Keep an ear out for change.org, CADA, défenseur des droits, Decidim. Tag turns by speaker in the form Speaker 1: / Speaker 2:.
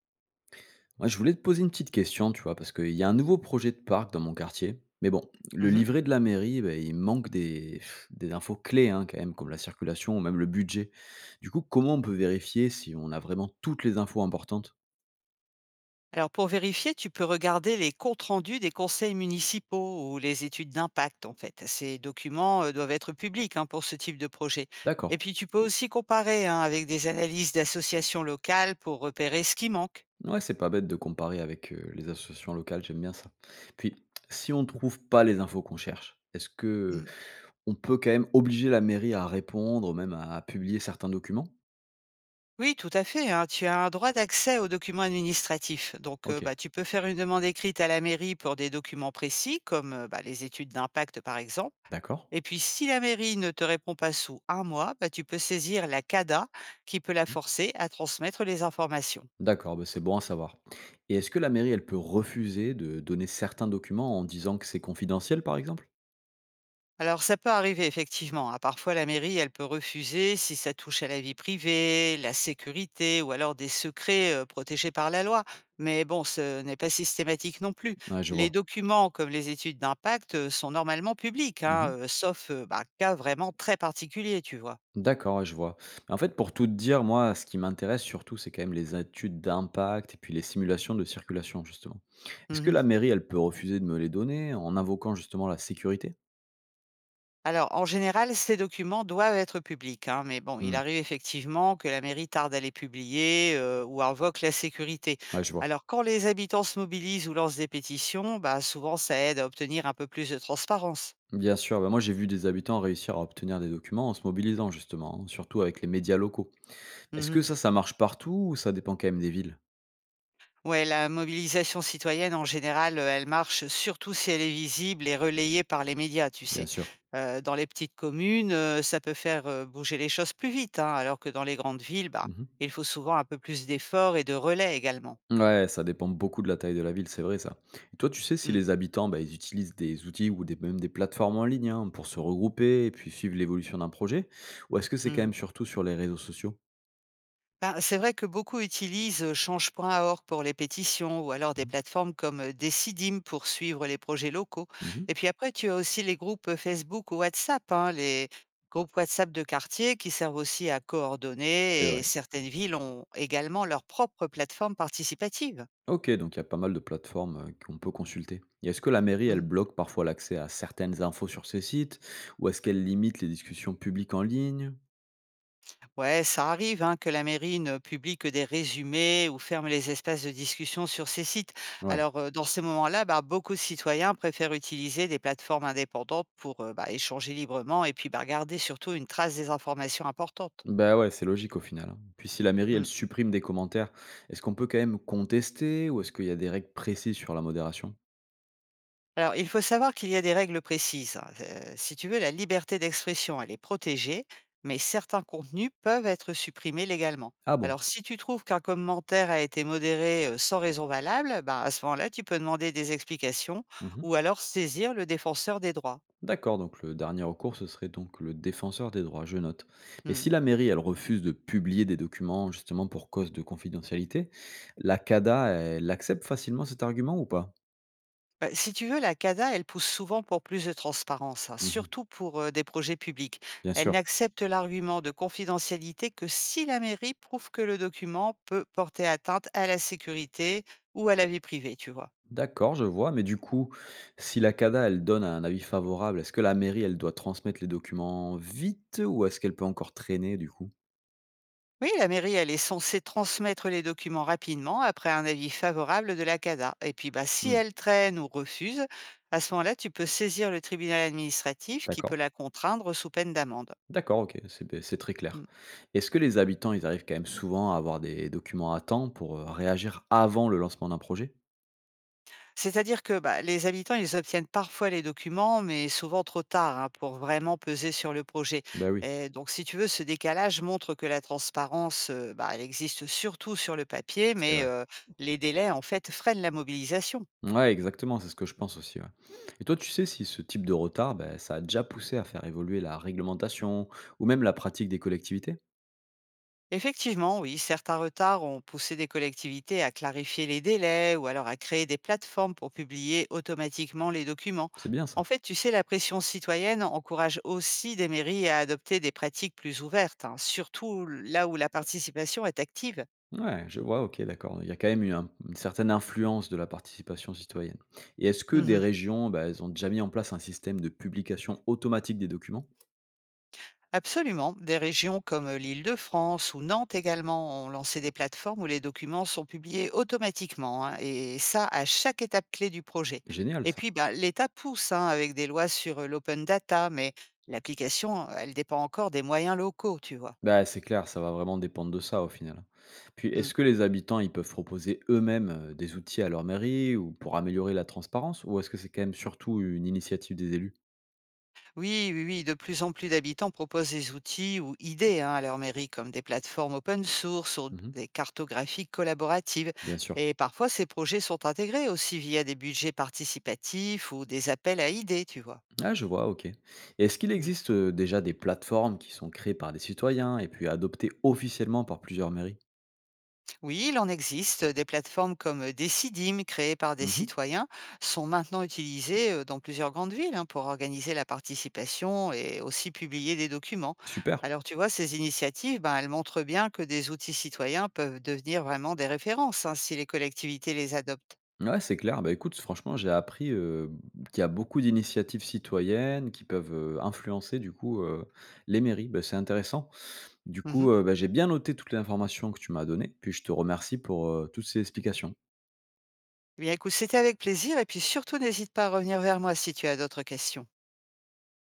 Speaker 1: Ouais, je voulais te poser une petite question, tu vois, parce qu'il y a un nouveau projet de parc dans mon quartier. Mais bon, le
Speaker 2: Mmh.
Speaker 1: livret de la mairie, ben, il manque des infos clés, hein, quand même, comme la circulation ou même le budget. Du coup, comment on peut vérifier si on a vraiment toutes les infos importantes?
Speaker 2: Alors pour vérifier, tu peux regarder les comptes rendus des conseils municipaux ou les études d'impact en fait. Ces documents, doivent être publics, hein, pour ce type de projet. Et
Speaker 1: D'accord.
Speaker 2: puis tu peux aussi comparer, hein, avec des analyses d'associations locales pour repérer ce qui manque.
Speaker 1: Ouais, c'est pas bête de comparer avec les associations locales, j'aime bien ça. Puis, si on trouve pas les infos qu'on cherche, est-ce que
Speaker 2: Mmh.
Speaker 1: on peut quand même obliger la mairie à répondre, même à publier certains documents?
Speaker 2: Oui, tout à fait, hein, tu as un droit d'accès aux documents administratifs. Donc,
Speaker 1: Ok,
Speaker 2: bah, tu peux faire une demande écrite à la mairie pour des documents précis comme, bah, les études d'impact par exemple.
Speaker 1: d'accord.
Speaker 2: Et puis, si la mairie ne te répond pas sous un mois, bah, tu peux saisir la CADA qui peut la
Speaker 1: Mmh.
Speaker 2: forcer à transmettre les informations.
Speaker 1: D'accord, bah, c'est bon à savoir. Et est-ce que la mairie, elle peut refuser de donner certains documents en disant que c'est confidentiel, par exemple?
Speaker 2: Alors, ça peut arriver effectivement, hein. Parfois, la mairie, elle peut refuser si ça touche à la vie privée, la sécurité ou alors des secrets protégés par la loi. Mais bon, ce n'est pas systématique non plus.
Speaker 1: Ouais, je
Speaker 2: Les
Speaker 1: vois.
Speaker 2: documents comme les études d'impact sont normalement publics, hein,
Speaker 1: Mhm.
Speaker 2: sauf bah, cas vraiment très particulier, tu vois.
Speaker 1: D'accord, ouais, je vois. En fait, pour tout te dire, moi, ce qui m'intéresse surtout, c'est quand même les études d'impact et puis les simulations de circulation, justement. Est-ce que
Speaker 2: Mhm.
Speaker 1: la mairie, elle peut refuser de me les donner en invoquant justement la sécurité?
Speaker 2: Alors, en général, ces documents doivent être publics, hein, mais bon, il
Speaker 1: Hmm,
Speaker 2: arrive effectivement que la mairie tarde à les publier ou invoque la sécurité.
Speaker 1: ouais, je vois.
Speaker 2: Alors, quand les habitants se mobilisent ou lancent des pétitions, bah, souvent, ça aide à obtenir un peu plus de transparence.
Speaker 1: Bien sûr, bah, moi j'ai vu des habitants réussir à obtenir des documents en se mobilisant justement, hein, surtout avec les médias locaux. Est-ce
Speaker 2: Mhm.
Speaker 1: que ça marche partout ou ça dépend quand même des villes?
Speaker 2: Ouais, la mobilisation citoyenne, en général, elle marche surtout si elle est visible et relayée par les médias, tu
Speaker 1: Bien
Speaker 2: sais.
Speaker 1: sûr.
Speaker 2: Dans les petites communes, ça peut faire bouger les choses plus vite, hein, alors que dans les grandes villes, bah,
Speaker 1: Mhm.
Speaker 2: il faut souvent un peu plus d'efforts et de relais également.
Speaker 1: Ouais, ça dépend beaucoup de la taille de la ville, c'est vrai ça. Et toi, tu sais si
Speaker 2: Mm.
Speaker 1: les habitants, bah, ils utilisent des outils ou des, même des plateformes en ligne, hein, pour se regrouper et puis suivre l'évolution d'un projet? Ou est-ce que c'est quand
Speaker 2: Mmh.
Speaker 1: même surtout sur les réseaux sociaux?
Speaker 2: Ben, c'est vrai que beaucoup utilisent, change.org pour les pétitions ou alors des
Speaker 1: Mhm,
Speaker 2: plateformes comme, Decidim pour suivre les projets locaux.
Speaker 1: mhm.
Speaker 2: Et puis après, tu as aussi les groupes, Facebook ou WhatsApp, hein, les groupes WhatsApp de quartier qui servent aussi à
Speaker 1: C'est
Speaker 2: coordonner, et
Speaker 1: vrai.
Speaker 2: certaines villes ont également leur propre plateforme participative.
Speaker 1: Ok, donc il y a pas mal de plateformes, qu'on peut consulter. Et est-ce que la mairie, elle
Speaker 2: Mmh.
Speaker 1: bloque parfois l'accès à certaines infos sur ces sites? Ou est-ce qu'elle limite les discussions publiques en ligne?
Speaker 2: Ouais, ça arrive hein, que la mairie ne publie que des résumés ou ferme les espaces de discussion sur ces sites.
Speaker 1: Ouais.
Speaker 2: Alors, dans ces moments-là, bah, beaucoup de citoyens préfèrent utiliser des plateformes indépendantes pour bah, échanger librement et puis bah, garder surtout une trace des informations importantes.
Speaker 1: Bah, ouais, c'est logique au final, hein. Puis si la mairie, elle supprime des commentaires, est-ce qu'on peut quand même contester ou est-ce qu'il y a des règles précises sur la modération?
Speaker 2: Alors, il faut savoir qu'il y a des règles précises, hein. Si tu veux, la liberté d'expression, elle est protégée, mais certains contenus peuvent être supprimés légalement.
Speaker 1: Ah bon?
Speaker 2: Alors, si tu trouves qu'un commentaire a été modéré sans raison valable, bah, à ce moment-là, tu peux demander des explications
Speaker 1: Mhm.
Speaker 2: ou alors saisir le défenseur des droits.
Speaker 1: D'accord, donc le dernier recours, ce serait donc le défenseur des droits, je note. Mais si
Speaker 2: Hmm.
Speaker 1: la mairie, elle refuse de publier des documents justement pour cause de confidentialité, la CADA, elle accepte facilement cet argument ou pas?
Speaker 2: Bah, si tu veux, la CADA, elle pousse souvent pour plus de transparence, hein,
Speaker 1: Mhm.
Speaker 2: surtout pour des projets publics.
Speaker 1: Bien
Speaker 2: Elle
Speaker 1: sûr.
Speaker 2: n'accepte l'argument de confidentialité que si la mairie prouve que le document peut porter atteinte à la sécurité ou à la vie privée, tu vois.
Speaker 1: D'accord, je vois, mais du coup, si la CADA, elle donne un avis favorable, est-ce que la mairie, elle doit transmettre les documents vite ou est-ce qu'elle peut encore traîner du coup?
Speaker 2: Oui, la mairie, elle est censée transmettre les documents rapidement après un avis favorable de la CADA. Et puis, bah, si
Speaker 1: Mmh.
Speaker 2: elle traîne ou refuse, à ce moment-là, tu peux saisir le tribunal administratif qui peut
Speaker 1: D'accord.
Speaker 2: la contraindre sous peine d'amende.
Speaker 1: D'accord, OK, c'est beh, c'est très clair. Est-ce que les habitants, ils arrivent quand même souvent à avoir des documents à temps pour, réagir avant le lancement d'un projet?
Speaker 2: C'est-à-dire que, bah, les habitants, ils obtiennent parfois les documents, mais souvent trop tard, hein, pour vraiment peser sur le projet.
Speaker 1: Ben oui,
Speaker 2: Et donc, si tu veux, ce décalage montre que la transparence, bah, elle existe surtout sur le papier,
Speaker 1: c'est
Speaker 2: mais
Speaker 1: vrai.
Speaker 2: les délais, en fait, freinent la mobilisation.
Speaker 1: Ouais, exactement, c'est ce que je pense aussi, ouais. Et toi, tu sais si ce type de retard, ben, ça a déjà poussé à faire évoluer la réglementation ou même la pratique des collectivités?
Speaker 2: Effectivement, oui, certains retards ont poussé des collectivités à clarifier les délais ou alors à créer des plateformes pour publier automatiquement les documents.
Speaker 1: C'est bien ça.
Speaker 2: En fait, tu sais, la pression citoyenne encourage aussi des mairies à adopter des pratiques plus ouvertes, hein, surtout là où la participation est active.
Speaker 1: Ouais, je vois, OK, d'accord. Il y a quand même eu un une certaine influence de la participation citoyenne. Et est-ce que des
Speaker 2: Mhm.
Speaker 1: régions, ben, elles ont déjà mis en place un système de publication automatique des documents?
Speaker 2: Absolument. Des régions comme l'Île-de-France ou Nantes également ont lancé des plateformes où les documents sont publiés automatiquement, hein, et ça à chaque étape clé du projet.
Speaker 1: Génial
Speaker 2: Et
Speaker 1: ça.
Speaker 2: puis, ben, l'État pousse hein, avec des lois sur l'open data, mais l'application, elle dépend encore des moyens locaux, tu vois.
Speaker 1: Bah, c'est clair, ça va vraiment dépendre de ça au final. Puis,
Speaker 2: Mm.
Speaker 1: est-ce que les habitants, ils peuvent proposer eux-mêmes des outils à leur mairie ou pour améliorer la transparence, ou est-ce que c'est quand même surtout une initiative des élus?
Speaker 2: Oui, oui, oui, de plus en plus d'habitants proposent des outils ou idées hein, à leur mairie, comme des plateformes open source ou
Speaker 1: Mhm,
Speaker 2: des cartographies collaboratives.
Speaker 1: bien sûr.
Speaker 2: Et parfois, ces projets sont intégrés aussi via des budgets participatifs ou des appels à idées, tu vois.
Speaker 1: Ah, je vois, ok. Et est-ce qu'il existe déjà des plateformes qui sont créées par des citoyens et puis adoptées officiellement par plusieurs mairies?
Speaker 2: Oui, il en existe. Des plateformes comme Decidim, créées par des
Speaker 1: Mhm,
Speaker 2: citoyens, sont maintenant utilisées dans plusieurs grandes villes hein, pour organiser la participation et aussi publier des documents.
Speaker 1: super.
Speaker 2: Alors tu vois, ces initiatives, ben, elles montrent bien que des outils citoyens peuvent devenir vraiment des références hein, si les collectivités les adoptent.
Speaker 1: Ouais, c'est clair. Bah écoute, franchement, j'ai appris qu'il y a beaucoup d'initiatives citoyennes qui peuvent influencer du coup, les mairies. Bah, c'est intéressant. Du
Speaker 2: Mhm.
Speaker 1: coup, j'ai bien noté toutes les informations que tu m'as données, puis je te remercie pour, toutes ces explications.
Speaker 2: Eh bien écoute, c'était avec plaisir et puis surtout n'hésite pas à revenir vers moi si tu as d'autres questions.